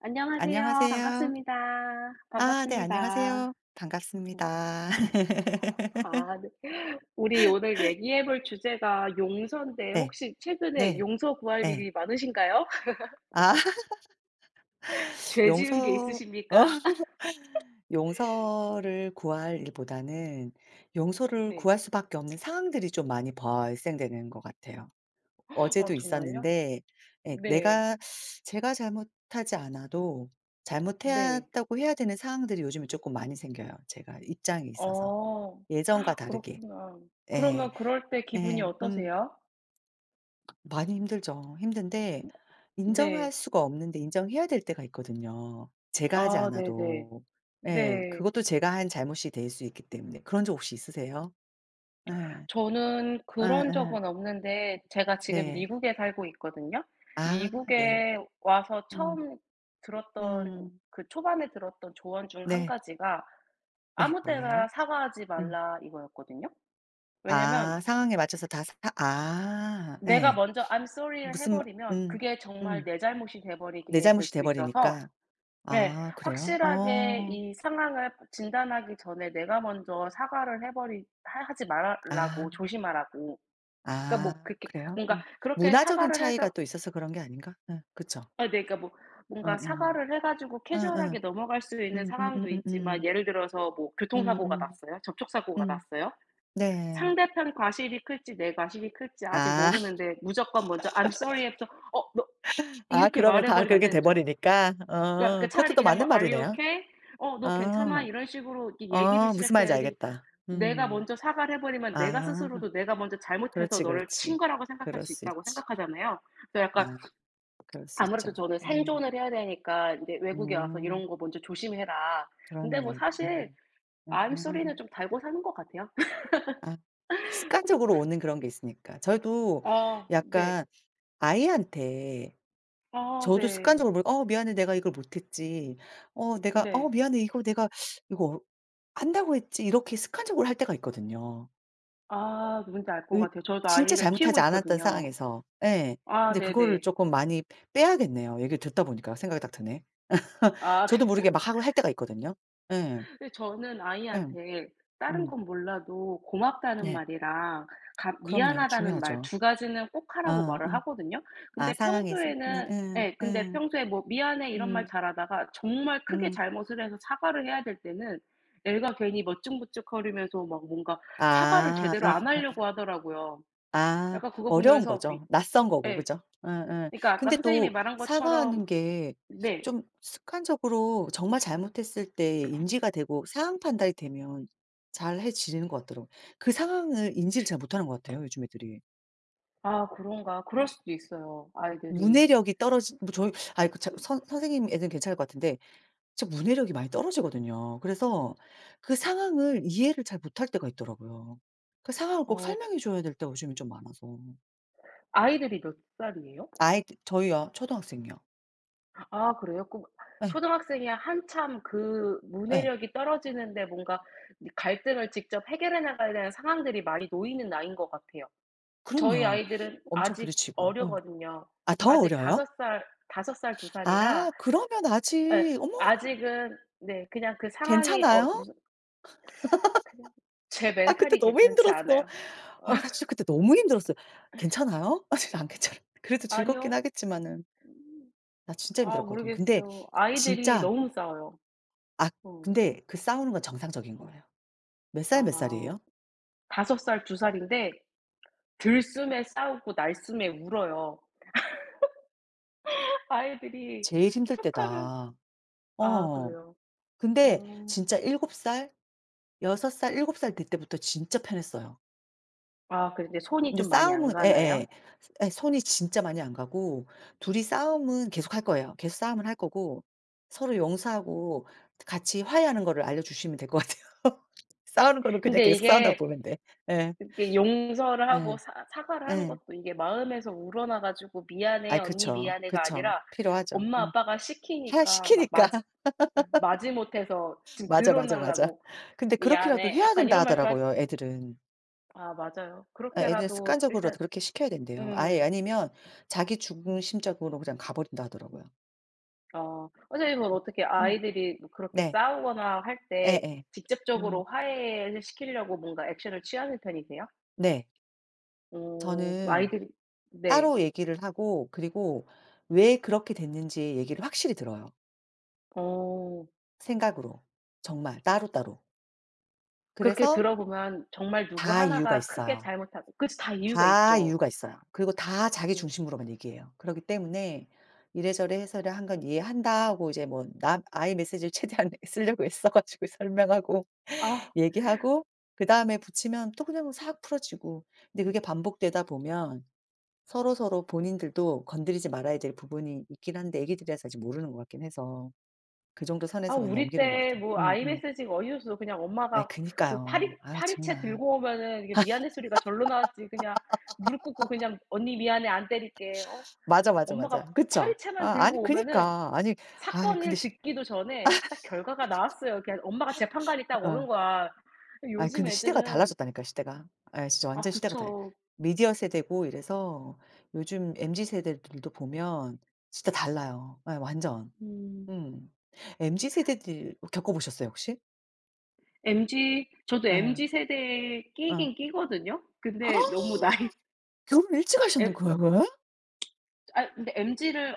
안녕하세요. 안녕하세요. 반갑습니다. 반갑습니다. 안녕하세요. 음. 반갑습니다. 아 네. 우리 오늘 얘기해 볼 주제가 용서인데 네. 혹시 최근에 네. 용서 구할 네. 일이 많으신가요? 아 죄 지은 게 용서 어 있으십니까? 용서를 구할 일보다는 용서를 네. 구할 수밖에 없는 상황들이 좀 많이 발생되는 것 같아요. 아, 어제도 정말요? 있었는데 예 네. 내가 제가 잘못하지 않아도 네. 잘못했다고 해야 되는 상황들이 요즘에 조금 많이 생겨요, 제가 입장이 있어서. 어. 예전과 다르게. 그렇구나. 예. 그러면 그럴 때 기분이 예. 음. 어떠세요? 많이 힘들죠. 힘든데 네. 인정할 수가 없는데 인정해야 될 때가 있거든요, 제가 하지 아 네네. 않아도. 예. 네. 그것도 제가 한 잘못이 될 수 있기 때문에. 그런 적 혹시 있으세요? 예. 저는 그런 예예. 적은 없는데, 제가 지금 네. 미국에 살고 있거든요. 아 네. 미국에 와서 음. 처음 들었던, 음. 그 초반에 들었던 조언 중 한 네. 가지가 네. "아무 뭐예요? 때나 사과하지 음. 말라." 이거였거든요. 왜냐면 아 상황에 맞춰서 다 사 아 내가 예. 먼저 "I'm sorry."를 해 무슨 마 버리면 음. 그게 정말 음. 내 잘못이 돼 내 버리게 될 잘못이 돼 수 있어서. 버리니까. 예, 아 그래요? 확실하게 어. 이 상황을 진단하기 전에 내가 먼저 사과를 해 버리 하 하지 말아 라고 아. 조심하라고. 그러니까 뭐 아 그렇게 그래요? 뭔가 어. 그렇게 문화적인 사과를 차이가 해서, 또 있어서 그런 게 아닌가? 예. 그쵸. 아 네, 그러니까 뭐 뭔가 어어. 사과를 해 가지고 어어. 캐주얼하게 넘어갈 수 있는 음음음음음. 상황도 음음. 있지만, 음. 예를 들어서 뭐 음, 음, 교통사고가 음, 났어요. 음. 음, 접촉사고가 음, 음. 났어요. 네. 상대편 과실이 클지 내 과실이 클지 아직 아. 모르는데 무조건 먼저 "I'm sorry." 해서 어 너 아 이렇게 그러면 말해 다 버리면 안 그렇게 되는 돼 거죠. 버리니까. 그러니까 어. 그 그것도 차라리 또 그냥 뭐 맞는 "Are you 말이네요. okay?", "어 너 괜찮아?" 어. 이런 식으로 이 얘기를 어, 무슨 말인지 시작해야지, 알겠다. 내가 음. 먼저 사과를 해 버리면 내가 아 스스로도 내가 먼저 잘못해서 그렇지, 너를 친 그렇지. 거라고 생각할 그럴 수 수 있다고 있지. 생각하잖아요. 그래서 약간 아 그럴 수 있죠. 아무래도 저는 생존을 음. 해야 되니까 인제 "외국에 와서 음. 이런 거 먼저 조심해라." 근데 뭐 그렇네. 예. 사실 암쏘리는 음. 좀 달고 사는 것 같아요. 아 습관적으로 오는 그런 게 있으니까. 저도 아 네. 약간 아이한테 아 저도 네. 습관적으로 뭘 "어 미안해. 내가 이걸 못 했지." 어 내가 "어 네. 미안해. 이거 내가 이거 한다고 했지." 이렇게 습관적으로 할 때가 있거든요. 아, 뭔지 알 것 의 같아요. 저도 진짜 아이를 키우고 잘못하지 않았던 있거든요. 상황에서. 예. 아 인제 그거를 네네. 쪼끔 많이 빼야겠네요. 얘기를 듣다 보니까 생각이 딱 드네. 아. 저도 모르게 막 하고 할 때가 있거든요. 예. 근데 저는 예. 아이한테 다른 음. 건 몰라도 고맙다는 네. 말이랑 가 그럼요. 미안하다는 말 중요하죠. 두 가지는 꼭 하라고 아 말을 아. 하거든요. 아 근데 상황에서. 네. 평소에는, 예. 예, 근데 예. 평소에 뭐 "미안해." 이런 말 음. 잘하다가 정말 크게 음. 잘못을 해서 사과를 해야 될 때는 애가 괜히 멋쭝머쭝거리면서 막 뭔가 사과를 아. 제대로 안 아. 하려고 하더라고요. 아. 약간 그거 어려운 보면서 미 거죠. 낯선 거고 예. 그죠? 예예. 그러니까 아까 근데 선생님이 또 말한 것처럼. 사과하는 게 네. 좀 습관적으로 정말 잘못했을 때 인지가 되고 상황 판단이 되면 잘해지는 것 같더라고요. 그 상황을 인지를 잘 못하는 것 같아요 요즘 애들이. 아, 그런가. 그럴 수도 있어요, 아이들이. 문해력이 떨어지 뭐 저희 아이 그 저 선 선생님 애들은 괜찮을 것 같은데 저 문해력이 많이 떨어지거든요. 그래서 그 상황을 이해를 잘 못할 때가 있더라고요. 그 상황을 꼭 어. 설명해 줘야 될 때가 요즘에 좀 많아서. 아이들이 몇 살이에요? 아이 저희요. 초등학생이요. 아 그래요? 그 예. 초등학생이야 한참 그 예. 문해력이 떨어지는데 뭔가 이 갈등을 직접 해결해 나가야 되는 상황들이 많이 놓이는 나이인 것 같아요. 저희 그럼요. 아이들은 엄청 아직 부딪히고. 어. 어리거든요. 아 더 아직 어려요? 5살 2 살이라. 아 그러면 예. 아직 "어머 아직은 네 그냥 그 상황이 괜찮아요? 무슨, 그냥, 제 나 그때 멘탈이 너무 괜찮지 힘들었어. 않아요. 아 나 진짜 그때 너무 힘들었어요." "괜찮아요?" 아 진짜 안 괜찮아요. 그래도 즐겁긴 아니요. 하겠지만은 나 진짜 아 힘들었거든요. 근데 모르겠어요. 아이들이 진짜 너무 싸워요. 아 어. 근데 그 싸우는 건 정상적인 거예요. "몇 살 몇 아 살이에요?" 5 살 2 살인데 들숨에 싸우고 날숨에 울어요. 아이들이 "제일 힘들 툭하면. 때다." 아 어. 그래요? 근데 어. 진짜 7 살, 6 살, 7살 될 때부터 진짜 편했어요. 아 근데 손이 근데 좀 많이 안 싸움은 예예. 가나요? 예. 예, 손이 진짜 많이 안 가고 둘이 싸움은 계속할 거예요. 계속 싸움을 할 거고 서로 용서하고 같이 화해하는 거를 알려 주시면 될 것 같아요. 싸우는 거는 그냥 근데 계속 싸운다고 이게 보면 돼. 예. 이렇게 용서를 하고 예. 사 사과를 하는 예. 것도 이게 마음에서 우러나 가지고 "미안해. 아이 언니 그쵸. 미안해."가 그쵸. 아니라 필요하죠. 엄마 어. 아빠가 하 시키니까 막 시키니까. 마지 예, 마지못해서 지금 맞아, 맞아, 맞아. 드러나려고 근데 그렇게라도 "미안해." 해야 약간 된다 이런 말투 할. 하더라고요, 애들은. 아 맞아요. 예 애들은 그렇게라도 일단. 습관적으로라도 그렇게 시켜야 된대요. 아예 음. 아니면 자기 중심적으로 그냥 가 버린다 하더라고요. 어. 선생님은 어떻게 음. 아이들이 뭐 그렇게 네. 싸우거나 할 때 예예. 음. 직접적으로 화해를 시키려고 뭔가 액션을 취하는 편이세요? 네. 어, 그럼 저는 아이들이. 네. 따로 얘기를 하고 그리고 왜 그렇게 됐는지 얘기를 확실히 들어요. 어. 생각으로. 정말 따로따로. 그렇게 그래서 들어보면 정말 누구 다 이유가 하나가 크게 있어요. 잘못하고 그치 다 이유가 다 있죠. 이유가 있어요. 그리고 다 자기 음. 중심으로만 얘기해요. 그렇기 때문에 이래저래 해서를 한 건 이해한다 하고 이제 뭐나이 메시지를 최대한 쓰려고 애써 가지고 설명하고 아. 얘기하고 그다음에 붙이면 또 그냥 싹 풀어지고 근데 그게 반복되다 보면 서로서로 본인들도 건드리지 말아야 될 부분이 있긴 한데 애기들이라서 아직 모르는 것 같긴 해서 그 정도 아, 선에서 그냥 우리 넘기는 것 때 같아요. 뭐 아이 메 음음. 시지가 어이없어. 그냥 아이 엄마가 그 파리 그니까요. 아유 파리채 정말. 들고 오면은 이게 미안해 소리가 절로 나왔지, 그냥 무릎 꿇고 그냥 "언니 미안해. 안 때릴게." 어? 맞아, 맞아, 엄마가 맞아. 그쵸? 파리채만 아 아니 들고 오면은 그니까. 아니 아이 근데 사건을 시 듣기도 전에 딱 결과가 나왔어요. 그냥 엄마가 재판관이 딱 오는 어. 거야. 아이 요즘 근데 시대가 애들은. 달라졌다니까요, 시대가. 예 진짜 아 완전 시대가 달라 그쵸. 미디어 세대고 이래서 요즘 MZ 세대들도 보면 진짜 달라요. 예 완전. 음. 음. MZ 세대들 겪어 보셨어요, 혹시? MZ, 저도 예. MZ 세대에 어. 끼긴 끼거든요. 근데 너무 나이 결혼 일찍 하셨는 엠 거야 그럼? 아, 근데 MZ를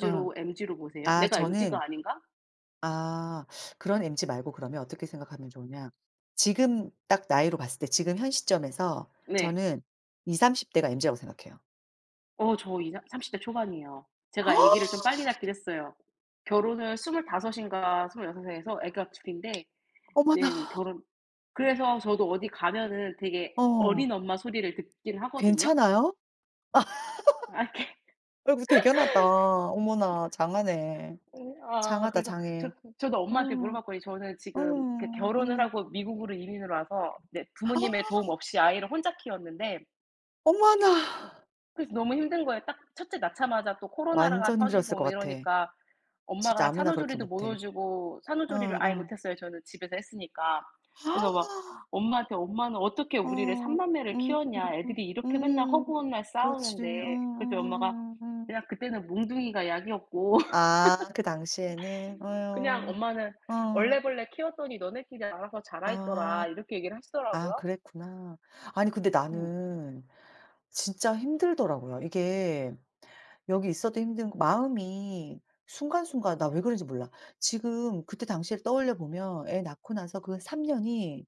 어. MZ로 보세요? 아 내가 저는 MZ가 아닌가? 아 그런 MG 말고 그러면 어떻게 생각하면 좋으냐. 지금 딱 나이로 봤을 때 지금 현 시점에서 네. 저는 20-30 대가 MG라고 생각해요. 어 저 이사 30대 초반이에요. 제가 아기를 좀 빨리 낳긴 했어요. 결혼을 다섯 인가 스물여섯 6 해서 아기가 2 인데 어머나. 지금 결혼, 그래서 저도 어디 가면은 되게 어. 어린 엄마 소리를 듣긴 하거든요. 괜찮아요? 아 이렇게. 아이고 대견하다. 어머나 장하네. 예. 아, 장하다 그래서 저 장해. 저도 엄마한테 음. 물어봤거든요. 저는 지금 그 음. 결혼을 음. 하고 미국으로 이민을 와서 네 부모님의 도움 없이 아이를 혼자 키웠는데, 어머나. 그래서 너무 힘든 거예요. 딱 첫째 낳자마자 또 코로나가 완전 힘들었을 터지고 것 뭐 같아. 이러니까 진짜 엄마가 아무나 그렇게 산후조리도 못 못해. 넣어주고, 어 산후조리를 아예 어. 못했어요, 저는 집에서 했으니까. 그래서 막 엄마한테 "엄마는 어떻게 어. 우리를 삼 남매를 음. 키웠냐. 음. 애들이 이렇게 맨날 음. 허구한 날 그렇지. 싸우는데." 어 어 그때 엄마가 어 어 그냥 어. "그때는 몽둥이가 약이었고" 아 그 당시에는. 그냥 어유. 엄마는 어. "얼레벌레 키웠더니 너네끼리 알아서 자라 있더라." 아. 이렇게 얘기를 아 하시더라고요. 그랬구나. 아니 근데 음. 나는 진짜 힘들더라고요. 이게 여기 있어도 힘든 거 마음이 순간순간 나 왜 그런지 몰라. 지금 그때 당시를 떠올려 보면 애 낳고 나서 그 3 년이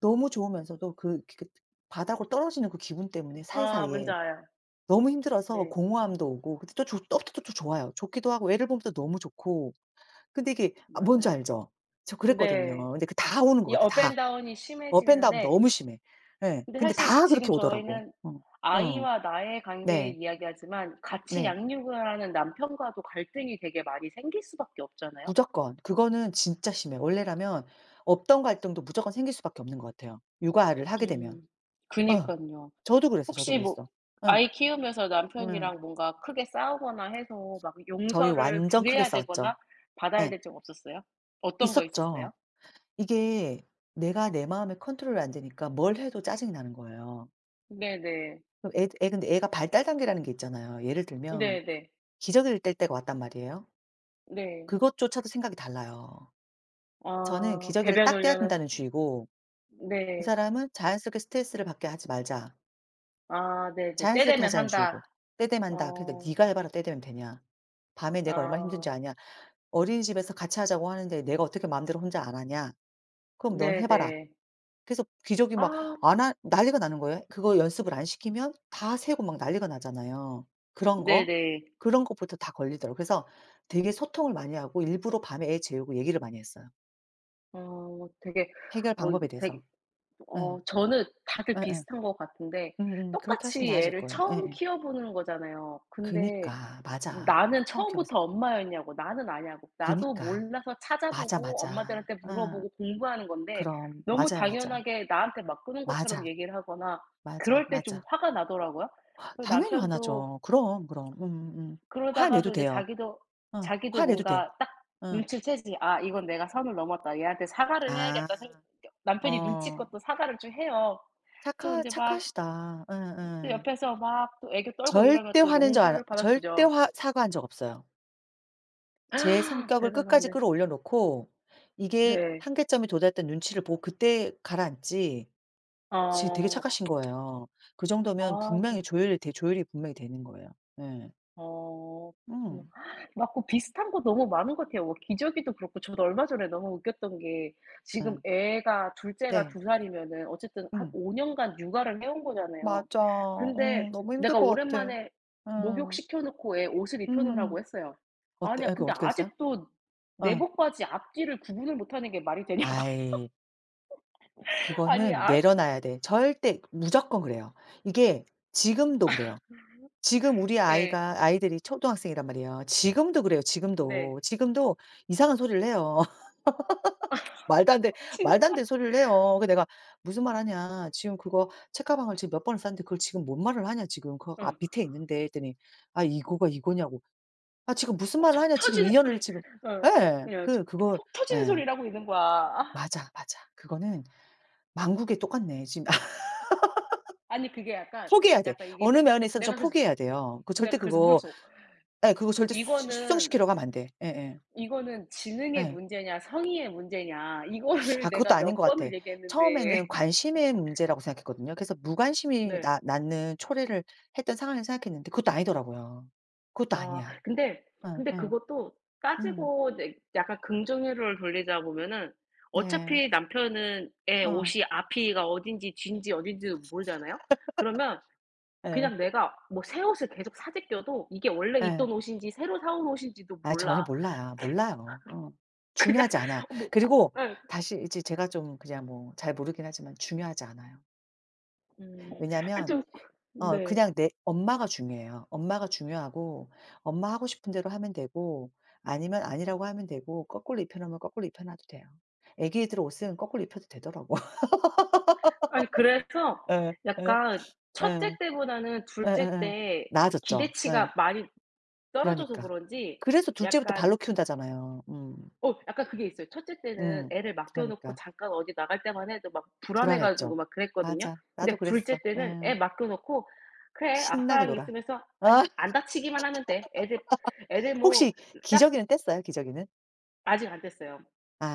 너무 좋으면서도 그 그 바닥으로 떨어지는 그 기분 때문에 아 뭔지 사이사이에 알아요. 너무 힘들어서 네. 공허함도 오고 근데 또 좋 또 또 또 좋아요. 좋기도 하고 애를 보면 또 너무 좋고. 근데 이게 아 뭔지 맞아요. 알죠? 저 네. 그랬거든요. 근데 그 다 오는 것 이 같아 업 다. 앤 다운이 업 앤 다운 심해지는데. 너무 심해. 예. 근데 근데 사실 다 지금 그렇게 오더라고. 저희는 어. 어. 아이와 나의 관계 네. 이야기하지만, 같이 네. 양육을 하는 남편과도 갈등이 되게 많이 생길 수밖에 없잖아요. 무조건. 그거는 진짜 심해. 원래라면 없던 갈등도 무조건 생길 수밖에 없는 것 같아요, 육아를 하게 되면. 음. 어. 그니깐요. 저도 그랬어, 저도 혹시 뭐 그랬어. 예. 아이 키우면서 음. 남편이랑 뭔가 크게 싸우거나 해서 막 저희 용서를 완전 크게 구해야 싸웠죠. 되거나 받아야 예. 될 적 없었어요? 어떤 거 있었죠. 있었어요? 이게 내가 내 마에 컨트롤이 안 되니까 뭘 해도 짜증이 나는 거예요. 네네. 그럼 애 애 근데 애가 발달 단계라는 게 있잖아요. 예를 들면 네네. 기저귀를 뗄 때가 왔단 말이에요. 네. 그것조차도 생각이 달라요. 저는 아 기저귀를 배변 딱 떼야 훈련을. 된다는 주의고 그 네. 사람은 자연스럽게 스트레스를 받게 하지 말자. 아 네네. 때 자연스럽게 되면 하자는 한다. 주의고. 떼대만다. 그러니까 어. "네가 해 봐라. 떼대면 되냐. 밤에 내가 얼마나 아. 힘든지 아냐. 어린이집에서 같이 하자고 하는데 내가 어떻게 마음대로 혼자 안 하냐. 그럼 넌 해 봐라." 네네. 그래서 기저귀 아 막 안 하 난리가 나는 거예요. 그거 연습을 안 시키면 다 새고 막 난리가 나잖아요. 그런 거, 네네. 그런 것부터 다 걸리더라고요. 그래서 되게 소통을 많이 하고 일부러 밤에 애 재우고 얘기를 많이 했어요. 어 되게. 해결 뭐 방법에 되게. 대해서. 예. 어, 저는 다들 예예. 비슷한 것 같은데. 음음. 그렇게 하시면 똑같이 나아질 애를 거예요. 처음 예예. 키워보는 거잖아요. 근데 그니까. 맞아. 나는 처음 키워서. 처음부터 엄마였냐고, 나는 아냐고, 나도 그니까. 몰라서 맞아, 찾아보고 맞아. 엄마들한테 어. 물어보고 공부하는 건데 그럼. 너무 맞아요, 맞아. 당연하게 나한테 막 끄는 것처럼 맞아. 얘기를 하거나 맞아, 그럴 때 좀 맞아. 화가 나더라고요. 그 당연히 남편도. 화나죠. 그럼, 그럼. 화내도 그러다가도 이제 돼요. 자기도 어. 자기도 화내도 돼. 뭔가 딱 응. 눈치를 채지, '아 이건 내가 선을 넘었다. 얘한테 사과를 아. 해야겠다.' 생. 남편이 어. 눈치껏 또 사과를 좀 해요. 또 인제 막 착하시다. 또 응응 옆에서 막 또 애교 떨고 이러면 절대 또 화낸 적 용서를 절대 받아주죠. 화 사과한 적 없어요. 제 아, 성격을 끝까지 대단하네. 끌어올려 놓고 이게 네. 한계점이 도달했던 눈치를 보고 그때 가라앉지 지 되게 어. 착하신 거예요. 그 정도면 아. 분명히 조율이 분명히 되는 거예요. 예. 아 어. 음. 맞고 비슷한 거 너무 많은 것 같아요. 뭐 기저귀도 그렇고. 저도 얼마 전에 너무 웃겼던 게 지금 음, 애가 둘째가 네. 두 살이면은 어쨌든 한 음. 5 년간 육아를 해온 거잖아요. 맞아. 근데 어 너무 힘들 내가 것 같아. 오랜만에 어. 목욕시켜 놓고 애 옷을 입혀 음. 놓으라고 했어요. 어때 아 아니야, 그거 근데 어떻게 됐어요? 아직도 어. 내복 바지 앞뒤를 구분을 못 하는 게 말이 되냐고. 아이. 아니, 그거는 앞. 내려놔야 돼. 절대 무조건 그래요. 이게 지금도 그래요. 지금 우리 예. 아이가 아이들이 초등학생이란 말이에요. 지금도 그래요, 네. 지금도. 지금도 이상한 소리를 해요. 말도 안 돼 말도 진짜. 안 되는 소리를 해요. 그 내가 "무슨 말 하냐. 지금 그거 책가방을 지금 몇 번을 쌌는데 그걸 지금 뭔 말을 하냐 지금. 그 어. 앞 밑에 있는데." 했더니 "아 이거가 이거냐고." "아 지금 무슨 말을 속 하냐 지금 터지는 소리. 인연을 지금" 어. 예. 그냥 속 그 그거 속 터지는 예. 소리를 하고 있는 거야. 아. 맞아, 맞아. 그거는 만국에 똑같네. 지금 아니 그게 약간. 포기해야 돼. 약간 이게 어느 내 면에서는 내가 좀 그래서 포기해야 돼요. 그 절대 내가 그래서 그거 물었어. 예 그거 절대 수 "이거는 수정시키려고 하면 안 돼. 예예. 이거는 예. 지능의 예. 문제냐 성의의 문제냐." 이거를 아 내가 그것도 아닌 몇 것 같아. 번을 얘기했는데. 처음에는 관심의 문제라고 생각했거든요. 그래서 무관심이 네. 나 낳는 초래를 했던 상황을 생각했는데 그것도 아니더라고요. 그것도 아 아니야. 근데 응 근데 응. 그것도 음. 따지고 이제 약간 긍정회로를 돌리자 보면은 네. 어차피 남편은 의 어. 옷이 앞이가 어딘지 뒤인지 어딘지도 모르잖아요. 그러면 예. 그냥 내가 뭐 새 옷을 계속 사재껴도 이게 원래 예. 있던 옷인지 새로 사온 옷인지도 아 전혀 몰라. 몰라요. 몰라요. 어. 그냥. 중요하지 않아. 어. 뭐. 그리고 예. 다시 이제 제가 좀 그냥 뭐 잘 모르긴 하지만 중요하지 않아요. 음. 아 왜냐면 좀. 어 네. 그냥 내 엄마가 중요해요. 엄마가 중요하고 엄마 하고 싶은 대로 하면 되고 아니면 아니라고 하면 되고 거꾸로 입혀 놓으면 거꾸로 입혀 놔도 돼요. 애기들 옷은 거꾸로 입혀도 되더라고. 아니 그래서 예. 예. 약간 첫째 예. 때보다는 예 둘째 예 때 나아졌죠. 예. 기대치가 많이 떨어져서 그러니까. 그런지, 그래서 둘째부터 약간, 발로 키운다잖아요. 음. 어, 약간 그게 있어요. 첫째 때는 음. 애를 맡겨 놓고 그러니까 잠깐 어디 나갈 때만 해도 막 불안해 불안했죠. 가지고 막 그랬거든요. 맞아. 나도 근데 둘째 그랬어. 때는 애 예. 맡겨 놓고 '그래 신나게 아빠랑 놀아. 있으면서 안 아 안 다치기만 하면 돼. 애들 뭐 혹시 짜 기저귀는 뗐어요? 기저귀는? 아직 안 뗐어요.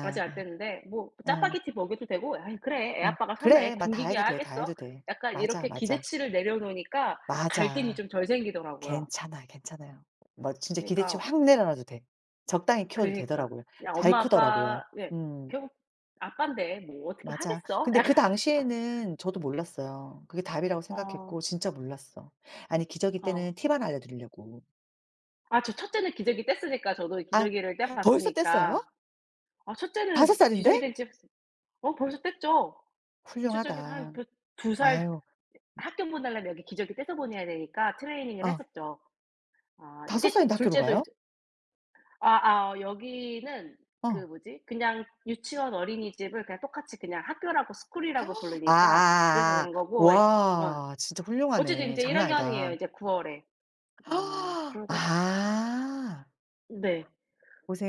아직 안 뗐는데 뭐 아 예. 짜파게티 먹여도 되고, 아이 그래 애 예. 아빠가 설마 애 "그래. 막 다 해도 굶기기야 돼, 다 하겠어?' 해도 돼. 약간 맞아, 이렇게 맞아. 기대치를 내려놓으니까 갈등이 맞아. 좀 덜 생기더라고요. 괜찮아, 괜찮아요." 뭐 진짜 기대치 그러니까. 확 내려놔도 돼. 적당히 키워도 그니까. 러. 되더라고요. 그냥 잘 엄마 크더라고요. 아빠. 예. 음. 결국 아빠인데 뭐 어떻게 맞아. 하겠어? 근데 약간. 그 당시에는 저도 몰랐어요. 그게 답이라고 어. 생각했고 진짜 몰랐어. 아니 기저귀 어. 떼는 팁 하나 알려드리려고. 아 저 첫째는 기저귀 뗐으니까 저도 아 기저귀를 떼 벌써 뗐어요? 봤으니까. 아 다섯 첫째는 살인데? 기저귀 뗀지. 어 벌써 뗐죠. 첫째는 한 훌륭하다. 두 살. 아유. 학교 보내려면 여기 기저귀 떼서 보내야 되니까 트레이닝을 어 했었죠. 아 섯 인제 살인데 학교를 둘째도 가요? 이제. 아아 여기는 그 어. 뭐지 그냥 유치원 어린이집을 그냥 똑같이 그냥 학교라고 스쿨이라고 부르니까 그래서 아아아아. 그런 거고. 예. 어. 와 진짜 어쨌든 훌륭하네. 인제 1 장난 학년이에요 아니다. 이제 9 월에. 어 그래 가지고. 아. 네.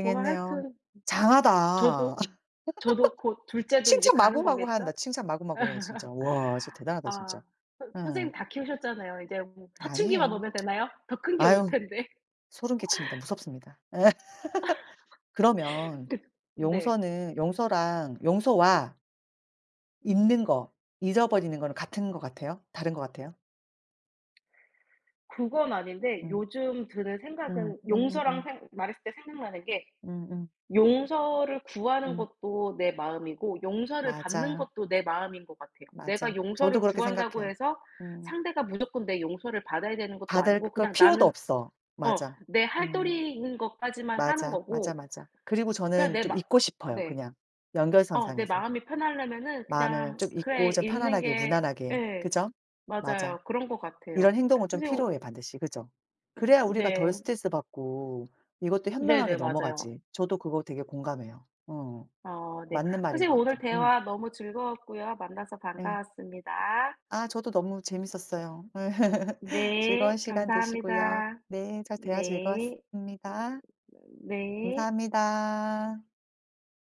뭐 하여튼. 장하다. 저도 저도 곧 둘째도 이제 칭찬 가는 마구마구 한 거겠죠? 다 칭찬 마구마구해 진짜. 와 진짜 대단하다 아. 진짜. 선 선생님 응. 다 키우셨잖아요. 이제 뭐 사춘기만 아니에요. 오면 되나요? 더 큰 게 올 아유 텐데. 소름 끼칩니다. 무섭습니다. 그러면 그. 네. 용서는 용서랑 용서와 잊는 거, 잊어버리는 거는 같은 것 같아요? 다른 것 같아요? 그건 아닌데 음. 요즘 드는 음. 생각은 용서랑 생 말했을 때 생각나는 게 음음. 용서를 구하는 음. 것도 내 마음이고 용서를 받는 맞아. 것도 내 마음인 것 같아요. 내가 맞아. 용서를 저도 그렇게 구한다고 생각해요. 해서 음. 상대가 무조건 내 용서를 받아야 되는 것도 받을 아니고 걸 그냥 필요도 나는 없어. 어 맞아. 내 할 음. 도리인 것까지만 하는 맞아, 맞아, 거고 맞아. 그리고 그냥 저는 내 좀 마 있고 싶어요 네. 그냥. 어, 내 연결선상에서. 마음이 편하려면은 마음을 그냥 좀 그래 있고 좀 있는 편안하게 게. 무난하게. 예, 그죠? 맞아. 맞아요. 그런 것 이런 같아요. 행동은 좀 사실 어. 필요해 반드시. 그죠? 그래야 우리가 덜 네. 스트레스 받고 이것도 네네 현명하게 맞아요. 넘어가지. 저도 그거 되게 공감해요. 어. 어 네. 맞는 말인 것 선생님 오늘 같아. 음. 대화 너무 즐거웠고요. 만나서 예. 반가웠습니다. 아 저도 너무 재밌었어요. 즐거운 네. 시간 되시고요. 감사합니다. 네, 저 대화 네. 즐거웠습니다. 네. 감사합니다.